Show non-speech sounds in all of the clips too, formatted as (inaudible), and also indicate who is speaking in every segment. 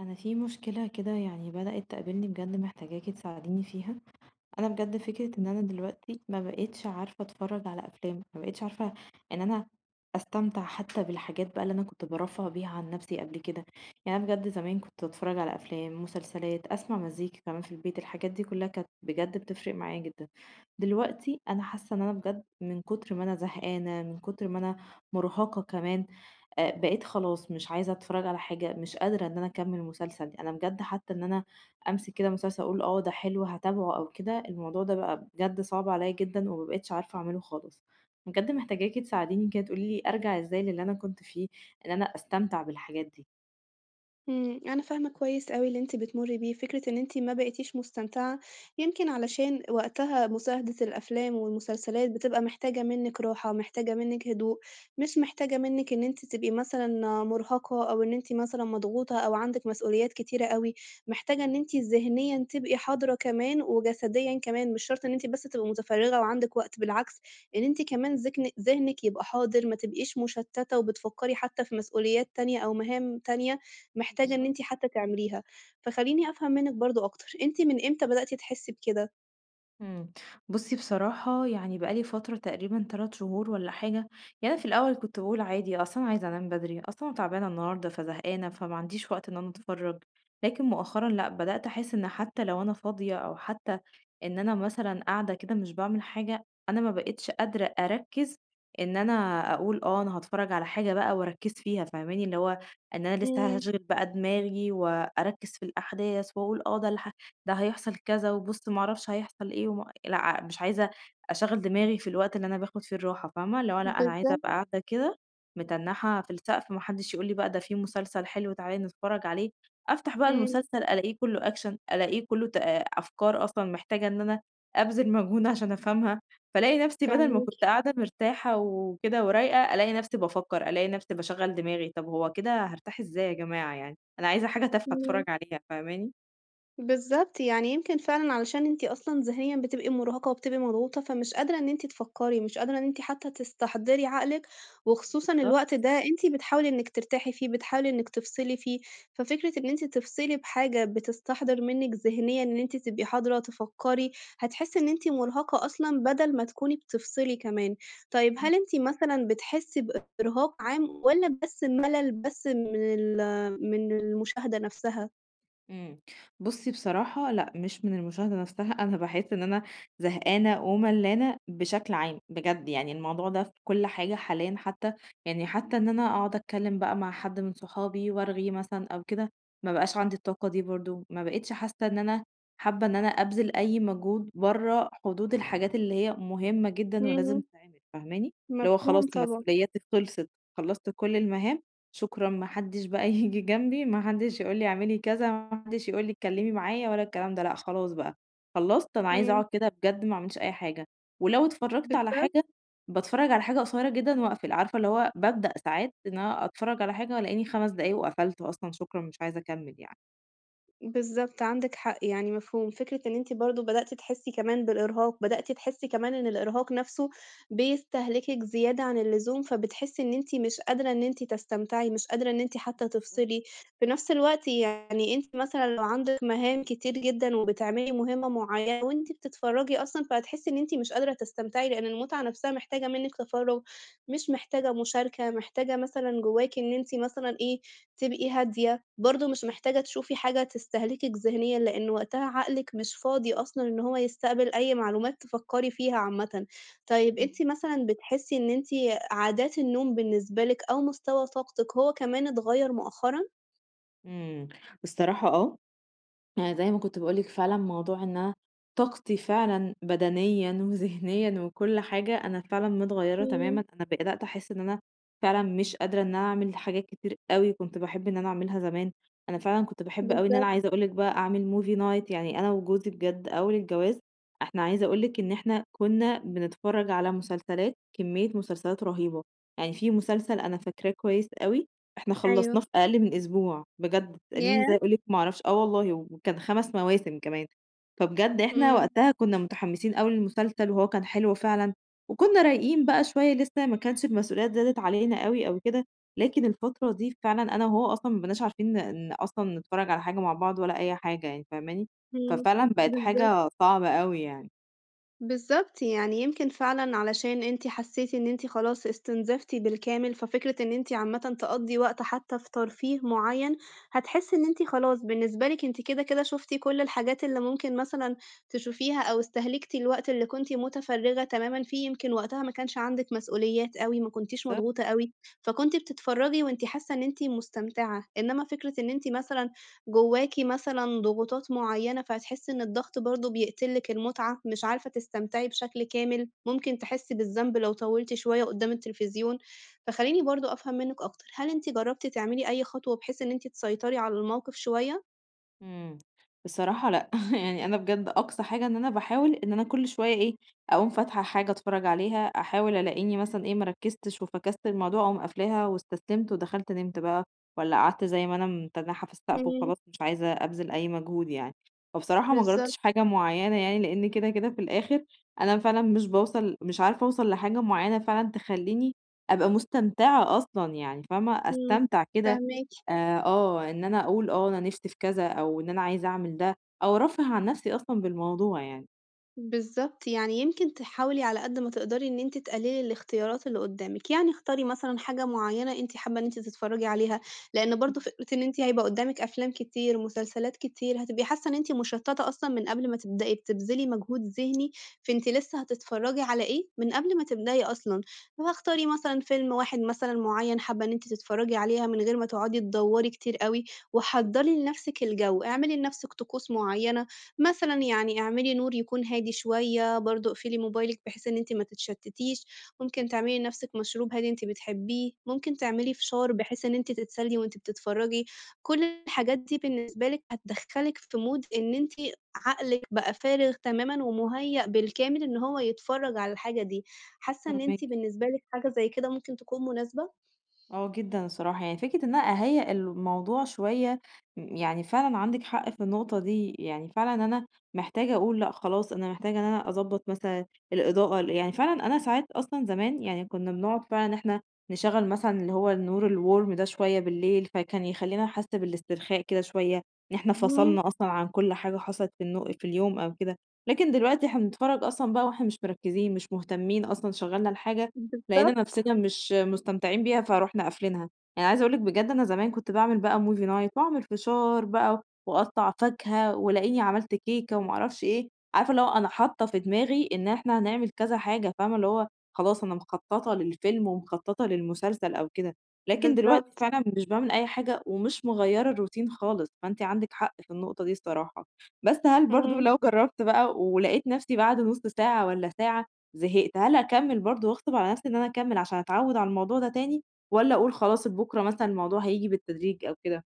Speaker 1: انا في مشكله كده يعني بدات تقابلني بجد محتاجاكي تساعديني فيها. انا بجد فكره ان انا دلوقتي ما بقتش عارفه اتفرج على افلام، ما بقتش عارفه ان انا استمتع حتى بالحاجات بقى اللي انا كنت برفه بيها عن نفسي قبل كده. يعني انا بجد زمان كنت اتفرج على افلام مسلسلات اسمع مزيكا كمان في البيت، الحاجات دي كلها كانت بجد بتفرق معايا جدا. دلوقتي انا حاسه ان انا بجد من كتر ما انا زهقانه، من كتر ما انا مرهقه كمان، بقيت خلاص مش عايزة أتفرّج على حاجة، مش قادرة إن أنا أكمّل مسلسل، أنا بجد حتى إن أنا أمسك كده مسلسل أقول آه ده حلو هاتابعه أو كده، الموضوع ده بقى بجد صعب عليّا جدًا وما بقيتش عارفة أعمله خالص. بجد محتاجاكِ تساعديني كده تقولي لي أرجع إزاي للي أنا كنت فيه، إن أنا أستمتع بالحاجات دي.
Speaker 2: إمم، أنا فاهمة كويس أوي اللي أنتِ بتمُرّي بيه، فكرة إن أنتِ ما بقيتيش مستمتعة، يمكن علشان وقتها مشاهدة الأفلام والمسلسلات بتبقى محتاجة منِّك راحة، محتاجة منِّك هدوء، مش محتاجة منِّك إن أنتِ تبقي مثلًا مُرهَقة أو إن أنتِ مثلًا مضغوطة أو عندِك مسؤوليات كتيرة أوي، محتاجة إن أنتِ ذهنيًا تبقي حاضرة كمان وجسديًا كمان، مش شرط إن أنتِ بس تبقي متفرّغة وعندِك وقت، بالعكس إن أنتِ كمان ذهنِك يبقى حاضر، ما تبقيش مشتتة وبتفكّري حتى في مسؤوليات تانية أو مهام تانية. محتاجة إن
Speaker 1: بالضبط.
Speaker 2: أنتِ حتى تعمليها. فخلّيني أفهم منِّك برضه أكتر، أنتِ من إمتى بدأتِ تحسّي بكده؟
Speaker 1: إمم. بُصّي بصراحة يعني بقى لي فترة تقريبًا 3 شهور والّا حاجة، يعني أنا في الأول كنت باقول عادي أصل أنا عايزة أنام بدري، أصل أنا تعبانة النهارده فزهقانة، فما عنديش وقت إن أنا أتفرّج، لكن مؤخرًا لأ، بدأت أحس إن حتى لو أنا فاضية أو حتى إن أنا مثلًا قاعدة كده مش باعمل حاجة، أنا ما بقيتش قادرة أركّز إن أنا أقول آه، أنا هاتفرّج على حاجة بقى وأركّز فيها فاهماني؟ اللي هو إن أنا لسه
Speaker 2: إمم،
Speaker 1: هاشغِل بقى دماغي وأركّز في الأحداث وأقول آه، ده اللي ده هيحصل كذا وبُص ما أعرفش هيحصل إيه وما لأ، مش عايزة أشغّل دماغي في الوقت اللي أنا باخد فيه الراحة فاهمة؟ اللي هو لأ، أنا عايزة أبقى
Speaker 2: بالضبط،
Speaker 1: قاعدة كده متنّحة في السقف ما حدّش يقول لي بقى ده في مسلسل حلو تعالي نتفرّج عليه، أفتح بقى
Speaker 2: إمم،
Speaker 1: المسلسل ألاقيه كُلّه أكشن، ألاقيه كُلّه أفكار أصلًا محتاجة إن أنا أبذل مجهود عشان أفهمها، فالاقي نَفْسي بدل ما
Speaker 2: فاهماكِ،
Speaker 1: كنت قاعدة مرتاحة وكده ورايقة، ألاقي نَفْسي بافكّر، ألاقي نَفْسي باشغّل دماغي، طَب هو كده هارتاح إزاي يا جماعة يعني؟ أنا عايزة حاجة تافهة
Speaker 2: إمم.
Speaker 1: أتفرّج عليها فاهماني؟
Speaker 2: بالضبط، يعني يمكن فعلًا علشان أنتِ أصلًا ذهنيًا بتبقي مُرهقة وبتبقي مضغوطة، فمش قادرة إن أنتِ تفكّري، مش قادرة إن أنتِ حتى تستحضري عقلِك، وخصوصًا
Speaker 1: بالضبط.
Speaker 2: الوقت ده أنتِ بتحاولي إنِّك ترتاحي فيه، بتحاولي إنِّك تفصلي فيه، ففكرة إن أنتِ تفصلي بحاجة بتستحضر منِّك ذهنيًا إن أنتِ تبقي حاضرة تفكّري، هتحسّي إن أنتِ مُرهقة أصلًا بدل ما تكوني بتفصلي كمان. طيب هل أنتِ مثلًا بتحسّي بإرهاق عام والّا بس ملل بس من المشاهدة نَفْسها؟
Speaker 1: إمم. بُصّي بصراحة لأ، مش من المشاهدة نفسها، أنا باحس إن أنا زهقانة وملّانة بشكل عام، بجد يعني الموضوع ده في كل حاجة حاليًا حتى يعني حتى إن أنا أقعد أتكلّم بقى مع حد من صحابي وأرغي مثلًا أو كده، ما بقاش عندي الطاقة دي برضه، ما بقيتش حاسة إن أنا حابة إن أنا أبذل أي مجهود برّه حدود الحاجات اللي هي مهمة جدًا ولازم
Speaker 2: إمم.
Speaker 1: تتعمل، فاهماني؟ اللي هو خلاص
Speaker 2: مفهوم طبعًا،
Speaker 1: مسؤولياتي خلصت، خلّصت كل المهام شكرًا، ما حدش بقى (laughs) ييجي جنبي، ما حدش يقول لي اعملي كذا، ما حدش يقول لي اتكلمي معايا ولا الكلام ده، لأ خلاص بقى، خلّصت أنا عايزة
Speaker 2: إمم،
Speaker 1: أقعد كده بجد ما اعملش أي حاجة، ولو اتفرّجت على
Speaker 2: بالذات
Speaker 1: حاجة، باتفرّج على حاجة قصيّرة جدًا واقفل، عارفة اللي هو بابدأ ساعات إن أنا أتفرّج على حاجة والاقيني 5 دقايق وقفلت أصلًا شكرًا مش عايزة أكمّل يعني.
Speaker 2: بالضبط، عندِك حق، يعني مفهوم. فكرة إن أنتِ برضه بدأتِ تحسّي كمان بالإرهاق، بدأتِ تحسّي كمان إن الإرهاق نَفْسه بيستهلكِك زيادة عن اللزوم، فبتحسّي إن أنتِ مش قادرة إن أنتِ تستمتعي، مش قادرة إن أنتِ حتى
Speaker 1: بالضبط،
Speaker 2: تفصلي. في نَفْس الوقت يعني أنتِ مثلًا لو عندِك مهام كتير جدًا وبتعملي مهمة معيّنة وأنتِ بتتفرّجي أصلًا، فهتحسّي إن أنتِ مش قادرة تستمتعي، لإن المتعة نَفْسها محتاجة منِّك تفرُّغ، مش محتاجة مشاركة، محتاجة مثلًا جواكِ إن أنتِ مثلًا إيه، تبقي هادية، برضه مش محتاجة تشوفي حاجة تستهلكِك ذهنيًا، لإن وقتها عقلِك مش فاضي أصلًا إن هو يستقبل أي معلومات تفكّري فيها عامةً. طيب
Speaker 1: إمم.
Speaker 2: أنتِ مثلًا بتحسّي إن أنتِ عادات النوم بالنسبة لِك أو مستوى طاقتِك هو كمان اتغيّر مؤخرًا؟
Speaker 1: إمم، الصراحة آه، يعني زي ما كنت باقول لِك فعلًا موضوع إن أنا طاقتي فعلًا بدنيًا (laughs) وذهنيًا وكل حاجة أنا فعلًا متغيّرة
Speaker 2: إمم،
Speaker 1: تمامًا، أنا بدأت أحس إن أنا فعلًا مش قادرة إن أنا أعمل حاجات كتير أوي كنت باحب إن أنا أعملها زمان، أنا فعلًا كنت باحب أوي إن أنا
Speaker 2: بالضبط،
Speaker 1: عايزة أقول لِك بقى أعمل movie night يعني أنا وجوزي بجد أول الجواز، إحنا عايزة أقول لِك إن إحنا كنا بنتفرّج على مسلسلات، كمية مسلسلات رهيبة، يعني في مسلسل أنا فاكراه كويس أوي إحنا
Speaker 2: أيوه،
Speaker 1: خلّصناه في أقل من أسبوع، بجد تسأليني إزاي
Speaker 2: ياه!
Speaker 1: أقول لِك ما أعرفش، آه والله، وكان 5 مواسم كمان، فبجد إحنا
Speaker 2: إمم،
Speaker 1: وقتها كنا متحمسين أوي للمسلسل وهو كان حلو فعلًا، وكنا رايقين بقى شوية لسه ما كانش المسؤوليات زادت علينا أوي أو كده، لكن الفترة دي فعلًا أنا وهو أصلًا ما بقيناش عارفين ن ن أصلًا نتفرج على حاجة مع بعض ولا أي حاجة يعني، فاهماني؟
Speaker 2: إمم،
Speaker 1: ففعلًا بقت
Speaker 2: بالضبط.
Speaker 1: حاجة صعبة أوي يعني.
Speaker 2: بالضبط، يعني يمكن فعلًا علشان أنتِ حسيتِ إن أنتِ خلاص استنزفتِ بالكامل، ففكرة إن أنتِ عامةً تقضّي وقت حتى في ترفيه معيّن، هتحسّي إن أنتِ خلاص بالنسبة لِك أنتِ كده، كده شُفتِ كل الحاجات اللي ممكن مثلًا تشوفيها أو استهلكتِ الوقت اللي كنتِ متفرّغة تمامًا فيه، يمكن وقتها ما كانش عندِك مسؤوليات أوي، ما كنتيش
Speaker 1: بالضبط.
Speaker 2: مضغوطة أوي، فكنتِ بتتفرّجي وأنتِ حاسة إن أنتِ مستمتعة، إنما فكرة إن أنتِ مثلًا جواكِ مثلًا ضغوطات معيّنة، فهتحسّي إن الضغط برضه بيقتل لِك المتعة، مش عارفة تستمتعي بشكل كامل، ممكن تحسّي بالذنب لو طوّلتِ شوية قدّام التلفزيون. فخلّيني برضه أفهم منِّك أكتر، هل أنتِ جرّبتِ تعملي أي خطوة بحيث إن أنتِ تسيطري على الموقف شوية؟
Speaker 1: إمم. بصراحة لأ، (laughs) يعني أنا بجد أقصى حاجة إن أنا باحاول إن أنا كل شوية إيه، أقوم فاتحة حاجة أتفرّج عليها، أحاول ألاقيني مثلًا إيه، ما ركّزتش وفكَست الموضوع أقوم قافلاها واستسلمت ودخلت نمت بقى، والّا قعدت زي ما أنا متنّحة في السقف
Speaker 2: إمم،
Speaker 1: وخلاص مش عايزة أبذل أي مجهود يعني. فبصراحة ما
Speaker 2: بالضبط،
Speaker 1: جرّبتش حاجة معيّنة يعني، لإن كده في الآخر أنا فعلًا مش باوصل مش عارفة أوصل لحاجة معيّنة فعلًا تخلّيني أبقى مستمتعة أصلًا يعني، فاهمة؟
Speaker 2: إمم،
Speaker 1: أستمتع كده
Speaker 2: فاهماكِ.
Speaker 1: آآ آه، إن أنا أقول آه أنا نِفْسي في كذا أو إن أنا عايزة أعمل ده أو أرفّه عن نَفْسي أصلًا بالموضوع يعني.
Speaker 2: بالضبط، يعني يمكن تحاولي على قد ما تقدري إن أنتِ تقللي الاختيارات اللي قدّامِك، يعني اختاري مثلًا حاجة معيّنة أنتِ حابة إن أنتِ تتفرّجي عليها، لإن
Speaker 1: إمم.
Speaker 2: برضه فكرة إن أنتِ هيبقى قدّامِك أفلام كتير، مسلسلات كتير، هتبقي حاسة إن أنتِ مشتّتة أصلًا من قبل ما تبدئي، بتبذلي مجهود ذهني في أنتِ لسه هتتفرّجي على إيه من قبل ما تبدئي أصلًا، فاختاري مثلًا فيلم واحد مثلًا معيّن حابة إن أنتِ تتفرّجي عليها من غير ما تقعدي تدوّري كتير أوي، وحضّري لنَفْسِك الجو، اعملي لنَفْسِك طقوس معيّنة. مثلًا يعني اعملي نور يكون هادي شوية، برضه اقفلي موبايلِك بحيث إن أنتِ ما تتشتتيش، ممكن تعملي لنفسِك مشروب هادي أنتِ بتحبيه، ممكن تعملي فشار بحيث إن أنتِ تتسلي وأنتِ بتتفرجي، كل الحاجات دي بالنسبة لِك هتدخّلِك في mood إن أنتِ عقلِك بقى فارغ تمامًا ومُهيأ بالكامل إن هو يتفرج على الحاجة دي، حاسة إن
Speaker 1: فاهماكِ.
Speaker 2: أنتِ بالنسبة لِك حاجة زي كده ممكن تكون مناسبة؟
Speaker 1: آه جدًا الصراحة، يعني فكرة إن أنا أهيّأ الموضوع شوية يعني فعلًا عندِك حق في النقطة دي، يعني فعلًا أنا محتاجة أقول لأ خلاص أنا محتاجة إن أنا أضبّط مثلًا الإضاءة يعني فعلًا أنا ساعات أصلًا زمان يعني كُنّا بنقعد فعلًا إن إحنا نشغّل مثلًا اللي هو النور الwarm ده شوية بالليل، فكان يخلّينا نحس بالاسترخاء كده شوية، إن إحنا
Speaker 2: إمم،
Speaker 1: فصلنا أصلًا عن كل حاجة حصلت في اليوم أو كده، لكن دلوقتي إحنا بنتفرّج أصلًا بقى وإحنا مش مركّزين، مش مهتمين أصلًا، شغّلنا الحاجة لقينا
Speaker 2: بالضبط،
Speaker 1: نفسنا مش مستمتعين بيها فرُحنا قافلينها، يعني عايزة أقول لِك بجد أنا زمان كنت باعمل بقى movie night وأعمل فشار بقى وأقطّع فاكهة ولاقيني عملت كيكة وما أعرفش إيه، عارفة اللي هو أنا حاطة في دماغي إن إحنا هنعمل كذا حاجة، فاهمة اللي هو خلاص أنا مخططة للفيلم ومخططة للمسلسل أو كده، لكن دلوقتي
Speaker 2: بالضبط،
Speaker 1: فعلًا مش باعمل أي حاجة ومش مغيّرة الروتين خالص، فأنتِ عندِك حق في النقطة دي الصراحة، بس هل برضه
Speaker 2: إمم.
Speaker 1: لو جرّبت بقى ولقيت نفسي بعد نُص ساعة والّا ساعة زهقت، هل أكمّل برضه واغصب على نفسي إن أنا أكمّل عشان أتعوّد على الموضوع ده تاني، والّا أقول خلاص لبُكرة مثلًا الموضوع هييجي بالتدريج أو كده؟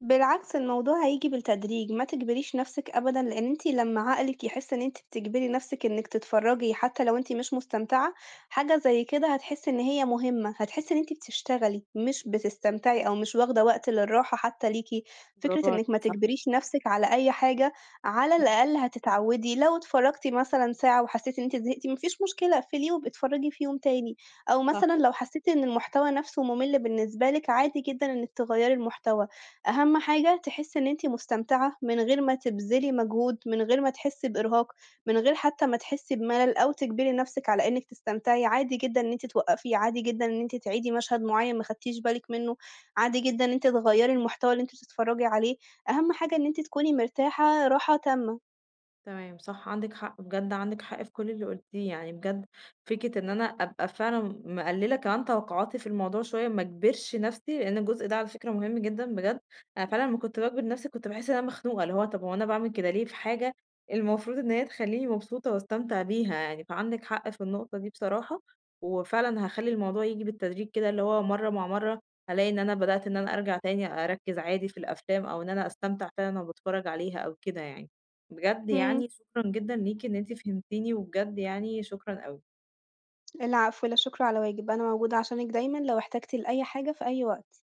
Speaker 2: بالعكس الموضوع هييجي بالتدريج، ما تجبريش نَفْسِك أبدًا، لإن أنتِ لمّا عقلِك يحس إن أنتِ بتجبري نَفْسِك إنِّك تتفرّجي حتى لو أنتِ مش مستمتعة، حاجة زي كده هتحسّي إن هي مهمة، هتحسّي إن أنتِ بتشتغلي مش بتستمتعي أو مش واخدة وقت للراحة حتى ليكِ. فكرة
Speaker 1: برافو
Speaker 2: إنِّك
Speaker 1: عليكِ
Speaker 2: ما
Speaker 1: صح،
Speaker 2: تجبريش نَفْسِك على أي حاجة، على
Speaker 1: إمم،
Speaker 2: الأقل هتتعوّدي، لو اتفرّجتِ مثلًا ساعة وحسيتِ إن أنتِ زهقتِ ما فيش مشكلة، اقفليه وابقي اتفرّجي في يوم تاني، أو
Speaker 1: صح.
Speaker 2: مثلًا لو حسيتِ إن المحتوى نَفْسه مُمِل بالنسبة لِك، عادي جدًا إنِّك تغيّري المحتوى. أهم حاجة تحسّي إن أنتِ مستمتعة، من غير ما تبذلي مجهود، من غير ما تحسّي بإرهاق، من غير حتى ما تحسّي بملل أو تجبري نفسِك على إنِّك تستمتعي، عادي جدًا إن أنتِ توقّفي، عادي جدًا إن أنتِ تعيدي مشهد معيّن ما خدتيش بالِك منّه، عادي جدًا إن أنتِ تغيّري المحتوى اللي أنتِ بتتفرّجي عليه، أهم حاجة إن أنتِ تكوني مرتاحة راحة تامة.
Speaker 1: تمام صح عندِك حق، بجد عندِك حق في كل اللي قُلتيه، يعني بجد فكرة إن أنا أبقى فعلًا مقلّلة كمان توقعاتي في الموضوع شوية، ما اجبرش نَفْسي، لإن الجزء ده على فكرة مهم جدًا بجد، أنا فعلًا لمّا كنت باجبر نَفْسي كنت باحس إن أنا مخنوقة، اللي هو طَب هو أنا باعمل كده ليه في حاجة المفروض إن هي تخلّيني مبسوطة واستمتع بيها يعني، فعندِك حق في النقطة دي بصراحة، وفعلًا هاخلّي الموضوع ييجي بالتدريج كده، اللي هو مرّة مع مرّة هالاقي إن أنا بدأت إن أنا أرجع تاني أركّز عادي في الأفلام، أو إن أنا أستمتع فعلًا وأنا باتفرّج عليها أو كده يعني. بجد
Speaker 2: إمم،
Speaker 1: يعني شكرًا جدًا ليكِ إن أنتِ فهمتيني، وبجد يعني شكرًا أوي.
Speaker 2: العفو، لا شكر على واجب، أنا موجودة عشانِك دايمًا لو احتجتِ لأي حاجة في أي وقت.